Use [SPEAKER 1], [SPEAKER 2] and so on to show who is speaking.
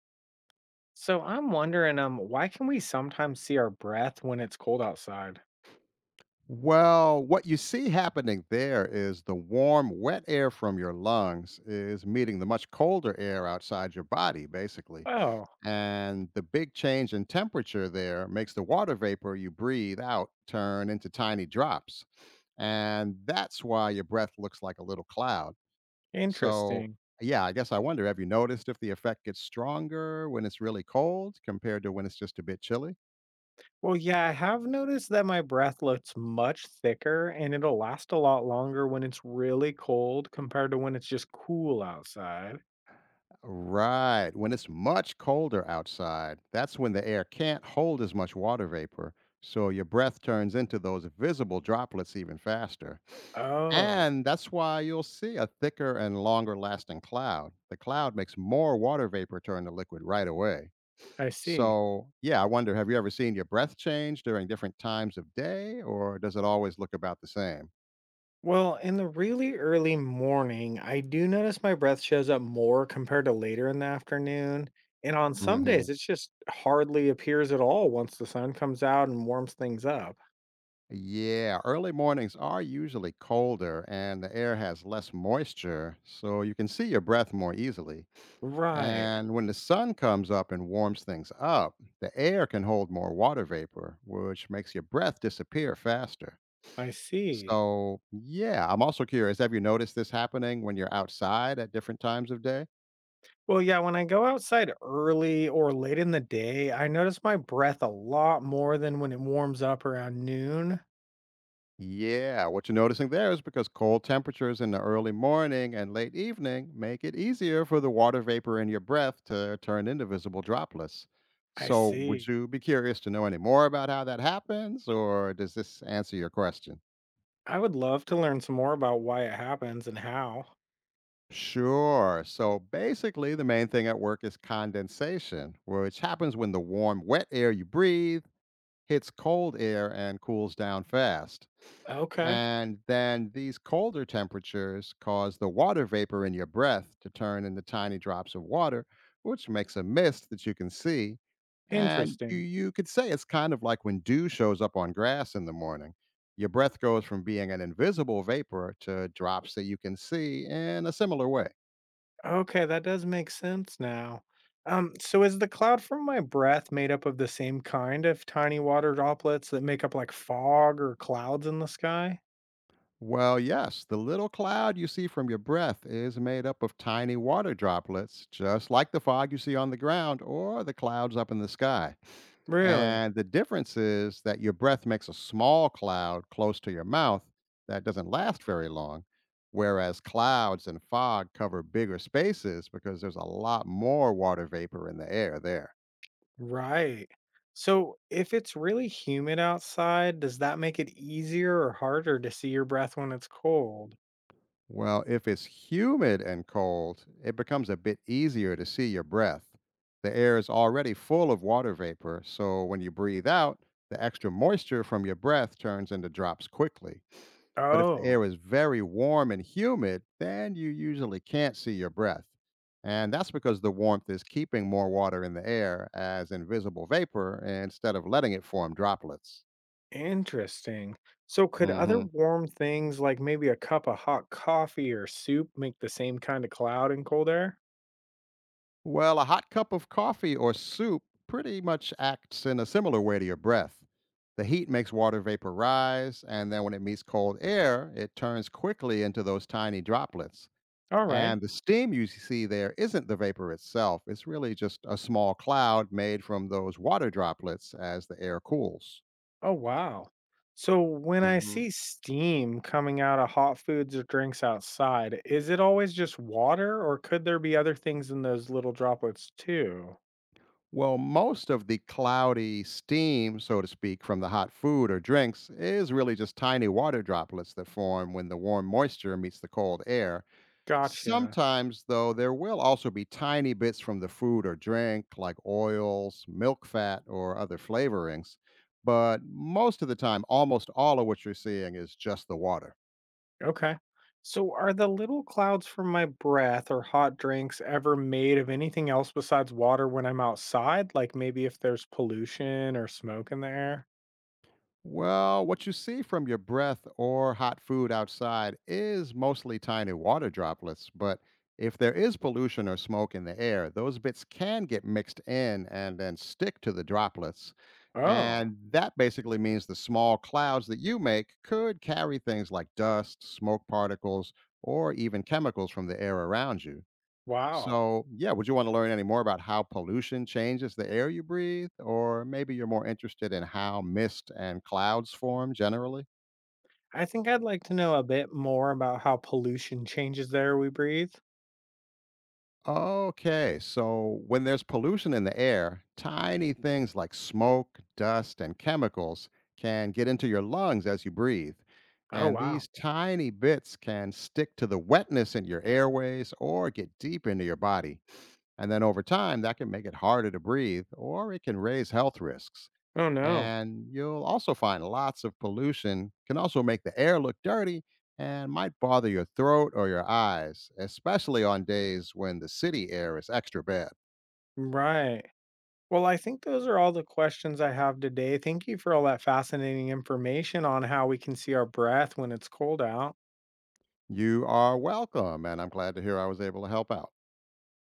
[SPEAKER 1] So I'm wondering, why can we sometimes see our breath when it's cold outside?
[SPEAKER 2] Well, what you see happening there is the warm, wet air from your lungs is meeting the much colder air outside your body, basically.
[SPEAKER 1] Oh,
[SPEAKER 2] And the big change in temperature there makes the water vapor you breathe out turn into tiny drops. And that's why your breath looks like a little cloud. So,
[SPEAKER 1] interesting.
[SPEAKER 2] yeah, I guess I wonder, have you noticed if the effect gets stronger when it's really cold compared to when it's just a bit chilly?
[SPEAKER 1] Well, yeah, I have noticed that my breath looks much thicker and it'll last a lot longer when it's really cold compared to when it's just cool outside.
[SPEAKER 2] Right. When it's much colder outside, that's when the air can't hold as much water vapor. So your breath turns into those visible droplets even faster.
[SPEAKER 1] Oh,
[SPEAKER 2] And that's why you'll see a thicker and longer lasting cloud. The cloud makes more water vapor turn to liquid right away.
[SPEAKER 1] I see.
[SPEAKER 2] So, yeah, I wonder, have you ever seen your breath change during different times of day, or does it always look about the same?
[SPEAKER 1] Well, in the really early morning, I do notice my breath shows up more compared to later in the afternoon. And on some
[SPEAKER 2] Mm-hmm.
[SPEAKER 1] days, it just hardly appears at all once the sun comes out and warms things up.
[SPEAKER 2] Yeah, early mornings are usually colder and the air has less moisture, so you can see your breath more easily.
[SPEAKER 1] Right.
[SPEAKER 2] And when the sun comes up and warms things up, the air can hold more water vapor, which makes your breath disappear faster.
[SPEAKER 1] I see.
[SPEAKER 2] So, yeah, I'm also curious, have you noticed this happening when you're outside at different times of day?
[SPEAKER 1] Well, yeah, when I go outside early or late in the day, I notice my breath a lot more than when it warms up around noon.
[SPEAKER 2] Yeah, what you're noticing there is because cold temperatures in the early morning and late evening make it easier for the water vapor in your breath to turn into visible droplets.
[SPEAKER 1] I
[SPEAKER 2] So, would
[SPEAKER 1] see.
[SPEAKER 2] you be curious to know any more about how that happens, or does this answer your question?
[SPEAKER 1] I would love to learn some more about why it happens and how.
[SPEAKER 2] Sure. So basically, the main thing at work is condensation, which happens when the warm, wet air you breathe hits cold air and cools down fast.
[SPEAKER 1] Okay.
[SPEAKER 2] And then these colder temperatures cause the water vapor in your breath to turn into tiny drops of water, which makes a mist that you can see. And you,
[SPEAKER 1] Interesting.
[SPEAKER 2] you could say it's kind of like when dew shows up on grass in the morning. Your breath goes from being an invisible vapor to drops that you can see in a similar way.
[SPEAKER 1] Okay, that does make sense now. So is the cloud from my breath made up of the same kind of tiny water droplets that make up like fog or clouds in the sky?
[SPEAKER 2] Well, yes, the little cloud you see from your breath is made up of tiny water droplets, just like the fog you see on the ground or the clouds up in the sky.
[SPEAKER 1] Really?
[SPEAKER 2] And the difference is that your breath makes a small cloud close to your mouth that doesn't last very long, whereas clouds and fog cover bigger spaces because there's a lot more water vapor in the air there.
[SPEAKER 1] Right. So, if it's really humid outside, does that make it easier or harder to see your breath when it's cold?
[SPEAKER 2] Well, if it's humid and cold, it becomes a bit easier to see your breath. The air is already full of water vapor, so when you breathe out, the extra moisture from your breath turns into drops quickly. But if the
[SPEAKER 1] Oh,
[SPEAKER 2] air is very warm and humid, then you usually can't see your breath. And that's because the warmth is keeping more water in the air as invisible vapor instead of letting it form droplets.
[SPEAKER 1] interesting. So, could other
[SPEAKER 2] hmm
[SPEAKER 1] warm things like maybe a cup of hot coffee or soup make the same kind of cloud in cold air?
[SPEAKER 2] Well, a hot cup of coffee or soup pretty much acts in a similar way to your breath. The heat makes water vapor rise, and then when it meets cold air, it turns quickly into those tiny droplets.
[SPEAKER 1] All right.
[SPEAKER 2] And the steam you see there isn't the vapor itself, it's really just a small cloud made from those water droplets as the air cools.
[SPEAKER 1] Oh, wow. So, when I
[SPEAKER 2] Mhm.
[SPEAKER 1] see steam coming out of hot foods or drinks outside, is it always just water or could there be other things in those little droplets too?
[SPEAKER 2] Well, most of the cloudy steam, so to speak, from the hot food or drinks is really just tiny water droplets that form when the warm moisture meets the cold air.
[SPEAKER 1] Gotcha.
[SPEAKER 2] Sometimes, though, there will also be tiny bits from the food or drink, like oils, milk fat, or other flavorings. But most of the time, almost all of what you're seeing is just the water.
[SPEAKER 1] Okay. So, are the little clouds from my breath or hot drinks ever made of anything else besides water when I'm outside? Like maybe if there's pollution or smoke in the air?
[SPEAKER 2] Well, what you see from your breath or hot food outside is mostly tiny water droplets, but if there is pollution or smoke in the air, those bits can get mixed in and then stick to the droplets.
[SPEAKER 1] Oh,
[SPEAKER 2] And that basically means the small clouds that you make could carry things like dust, smoke particles, or even chemicals from the air around you.
[SPEAKER 1] wow.
[SPEAKER 2] So, yeah, would you want to learn any more about how pollution changes the air you breathe? Or maybe you're more interested in how mist and clouds form generally?
[SPEAKER 1] I think I'd like to know a bit more about how pollution changes the air we breathe.
[SPEAKER 2] Okay, so when there's pollution in the air, tiny things like smoke, dust, and chemicals can get into your lungs as you breathe.
[SPEAKER 1] Oh,
[SPEAKER 2] And
[SPEAKER 1] wow.
[SPEAKER 2] these tiny bits can stick to the wetness in your airways or get deep into your body. And then over time, that can make it harder to breathe, or it can raise health risks.
[SPEAKER 1] Oh, no.
[SPEAKER 2] And you'll also find lots of pollution can also make the air look dirty and might bother your throat or your eyes, especially on days when the city air is extra bad.
[SPEAKER 1] Right. Well, I think those are all the questions I have today. Thank you for all that fascinating information on how we can see our breath when it's cold out.
[SPEAKER 2] You are welcome, and I'm glad to hear I was able to help out.